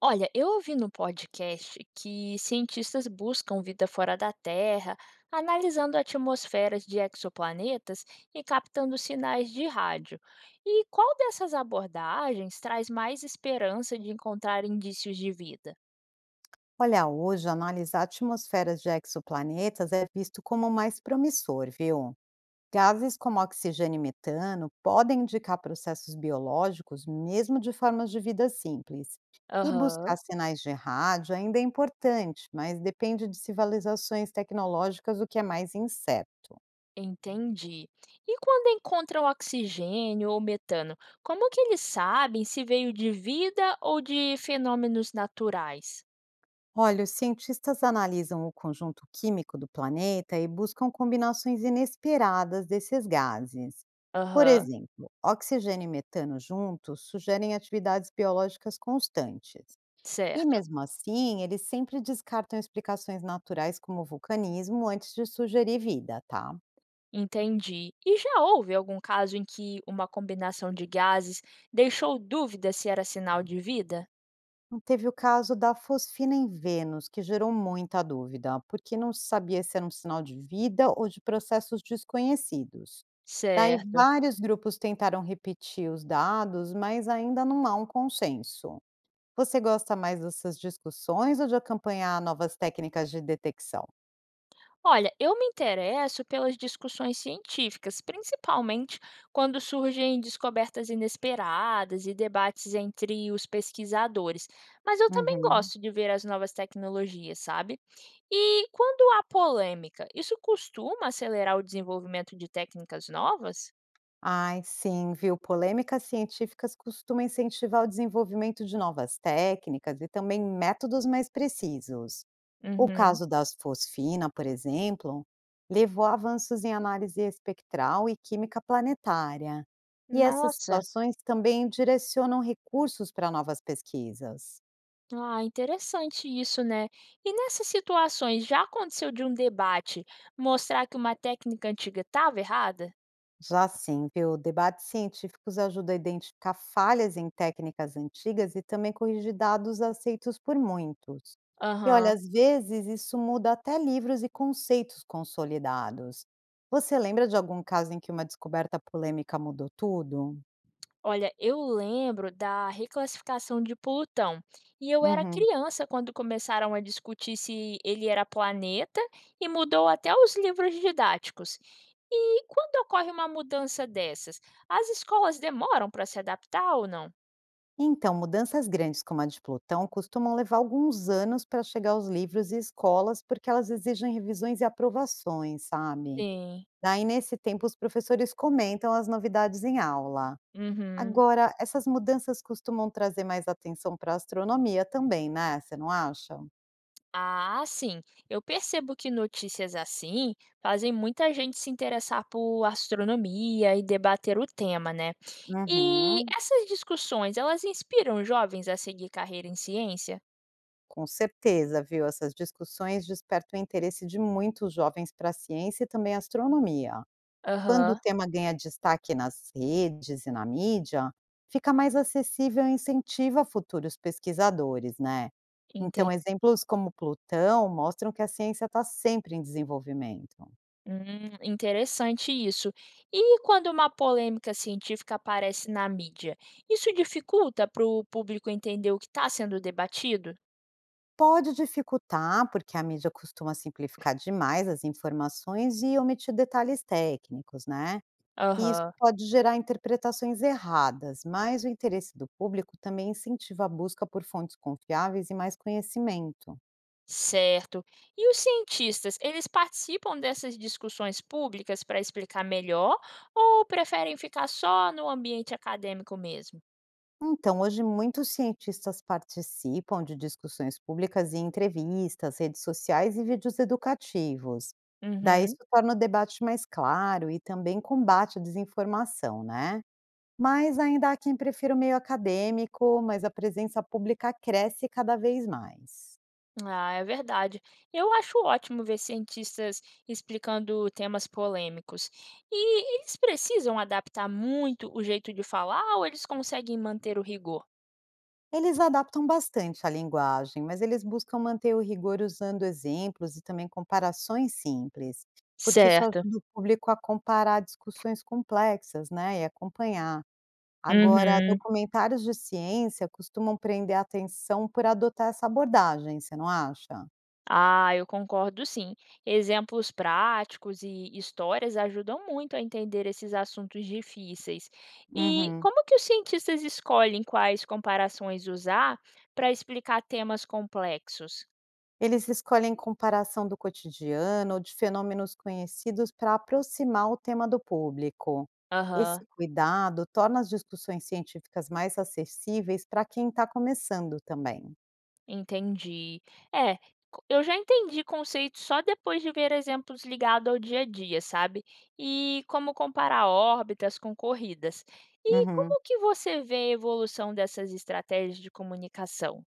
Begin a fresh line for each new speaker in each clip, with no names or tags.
Olha, eu ouvi no podcast que cientistas buscam vida fora da Terra, analisando atmosferas de exoplanetas e captando sinais de rádio. E qual dessas abordagens traz mais esperança de encontrar indícios de vida?
Olha, hoje analisar atmosferas de exoplanetas é visto como mais promissor, viu? Gases como oxigênio e metano podem indicar processos biológicos, mesmo de formas de vida simples. E buscar
Aham,
sinais de rádio ainda é importante, mas depende de civilizações tecnológicas, o que é mais incerto.
entendi. E quando encontram oxigênio ou metano, como que eles sabem se veio de vida ou de fenômenos naturais?
Olha, os cientistas analisam o conjunto químico do planeta e buscam combinações inesperadas desses gases. Por
Aham,
exemplo, oxigênio e metano juntos sugerem atividades biológicas constantes. E
certo.
mesmo assim, eles sempre descartam explicações naturais como o vulcanismo antes de sugerir vida, tá?
Entendi. E já houve algum caso em que uma combinação de gases deixou dúvida se era sinal de vida?
Teve o caso da fosfina em Vênus, que gerou muita dúvida, porque não se sabia se era um sinal de vida ou de processos desconhecidos. Daí
Certo.
vários grupos tentaram repetir os dados, mas ainda não há um consenso. Você gosta mais dessas discussões ou de acompanhar novas técnicas de detecção?
Olha, eu me interesso pelas discussões científicas, principalmente quando surgem descobertas inesperadas e debates entre os pesquisadores. Mas eu também
Uhum.
gosto de ver as novas tecnologias, sabe? E quando há polêmica, isso costuma acelerar o desenvolvimento de técnicas novas?
Ai, sim, viu? Polêmicas científicas costumam incentivar o desenvolvimento de novas técnicas e também métodos mais precisos. O
Uhum.
caso das fosfina, por exemplo, levou a avanços em análise espectral e química planetária. E essas
Nossa.
situações também direcionam recursos para novas pesquisas.
Ah, interessante isso, né? E nessas situações, já aconteceu de um debate mostrar que uma técnica antiga estava errada?
Já sim, viu? Debates científicos ajudam a identificar falhas em técnicas antigas e também corrigir dados aceitos por muitos. E olha,
Aham.
às vezes isso muda até livros e conceitos consolidados. Você lembra de algum caso em que uma descoberta polêmica mudou tudo?
Olha, eu lembro da reclassificação de Plutão. E eu era
Uhum.
criança quando começaram a discutir se ele era planeta e mudou até os livros didáticos. E quando ocorre uma mudança dessas, as escolas demoram para se adaptar ou não?
Então, mudanças grandes como a de Plutão costumam levar alguns anos para chegar aos livros e escolas, porque elas exigem revisões e aprovações, sabe?
Sim.
Daí, nesse tempo, os professores comentam as novidades em aula.
Uhum.
Agora, essas mudanças costumam trazer mais atenção para a astronomia também, né? Você não acha?
Ah, sim. Eu percebo que notícias assim fazem muita gente se interessar por astronomia e debater o tema, né? E
Uhum,
essas discussões, elas inspiram jovens a seguir carreira em ciência?
com certeza, viu? Essas discussões despertam o interesse de muitos jovens para a ciência e também a astronomia. Quando o
Aham,
tema ganha destaque nas redes e na mídia, fica mais acessível e incentiva futuros pesquisadores, né.
entendi.
Então, exemplos como Plutão mostram que a ciência está sempre em desenvolvimento.
Interessante isso. E quando uma polêmica científica aparece na mídia, isso dificulta para o público entender o que está sendo debatido?
Pode dificultar, porque a mídia costuma simplificar demais as informações e omitir detalhes técnicos, né. E isso
Aham.
pode gerar interpretações erradas, mas o interesse do público também incentiva a busca por fontes confiáveis e mais conhecimento.
Certo. E os cientistas, eles participam dessas discussões públicas para explicar melhor ou preferem ficar só no ambiente acadêmico mesmo?
Então, hoje muitos cientistas participam de discussões públicas e entrevistas, redes sociais e vídeos educativos. Daí
Uhum.
isso torna o debate mais claro e também combate a desinformação, né? Mas ainda há quem prefira o meio acadêmico, mas a presença pública cresce cada vez mais.
Ah, é verdade. Eu acho ótimo ver cientistas explicando temas polêmicos. E eles precisam adaptar muito o jeito de falar ou eles conseguem manter o rigor?
Eles adaptam bastante a linguagem, mas eles buscam manter o rigor usando exemplos e também comparações simples, porque isso
Certo.
ajuda o público a comparar discussões complexas, né, e acompanhar. Agora,
Uhum.
documentários de ciência costumam prender a atenção por adotar essa abordagem, você não acha?
Ah, eu concordo sim. Exemplos práticos e histórias ajudam muito a entender esses assuntos difíceis. E
Uhum.
como que os cientistas escolhem quais comparações usar para explicar temas complexos?
Eles escolhem comparação do cotidiano ou de fenômenos conhecidos para aproximar o tema do público.
Aham,
Esse cuidado torna as discussões científicas mais acessíveis para quem está começando também.
entendi. É, eu já entendi conceitos só depois de ver exemplos ligados ao dia a dia, sabe? E como comparar órbitas com corridas. E
Uhum.
como que você vê a evolução dessas estratégias de comunicação?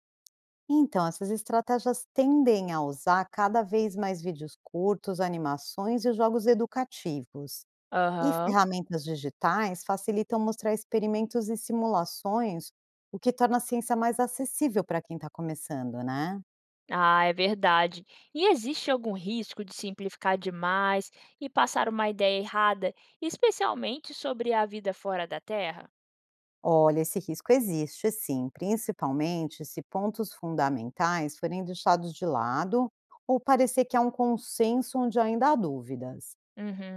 Então, essas estratégias tendem a usar cada vez mais vídeos curtos, animações e jogos educativos. E
Aham.
ferramentas digitais facilitam mostrar experimentos e simulações, o que torna a ciência mais acessível para quem está começando, né?
Ah, é verdade. E existe algum risco de simplificar demais e passar uma ideia errada, especialmente sobre a vida fora da Terra?
Olha, esse risco existe sim, principalmente se pontos fundamentais forem deixados de lado ou parecer que há um consenso onde ainda há dúvidas.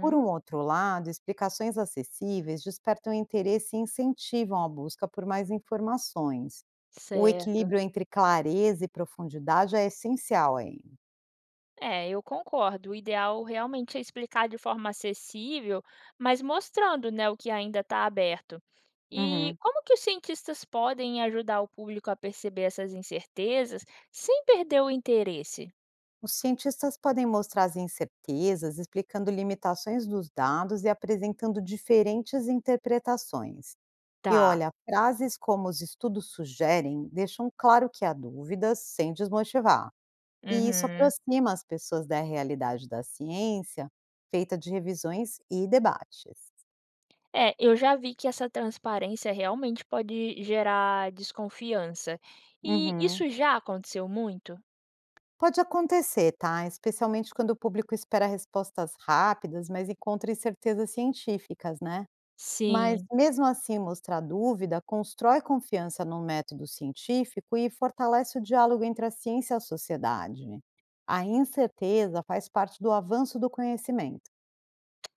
Por um outro lado, explicações acessíveis despertam interesse e incentivam a busca por mais informações. O
certo.
equilíbrio entre clareza e profundidade é essencial aí.
É, eu concordo. O ideal realmente é explicar de forma acessível, mas mostrando, né, o que ainda está aberto. E
Uhum.
como que os cientistas podem ajudar o público a perceber essas incertezas sem perder o interesse?
Os cientistas podem mostrar as incertezas, explicando limitações dos dados e apresentando diferentes interpretações. E
Tá.
olha, frases como os estudos sugerem deixam claro que há dúvidas sem desmotivar. E isso
Uhum.
aproxima as pessoas da realidade da ciência, feita de revisões e debates.
É, eu já vi que essa transparência realmente pode gerar desconfiança. E
Uhum.
isso já aconteceu muito?
Pode acontecer, tá? Especialmente quando o público espera respostas rápidas, mas encontra incertezas científicas, né? Mas,
Sim.
mesmo assim, mostrar dúvida constrói confiança no método científico e fortalece o diálogo entre a ciência e a sociedade. A incerteza faz parte do avanço do conhecimento.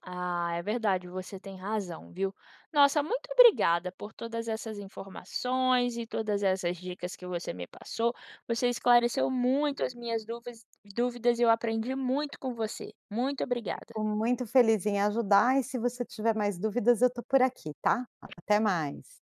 Ah, é verdade, você tem razão, viu? Nossa, muito obrigada por todas essas informações e todas essas dicas que você me passou. Você esclareceu muito as minhas dúvidas e eu aprendi muito com você. Muito obrigada.
Fico muito feliz em ajudar e se você tiver mais dúvidas, eu estou por aqui, tá? Até mais.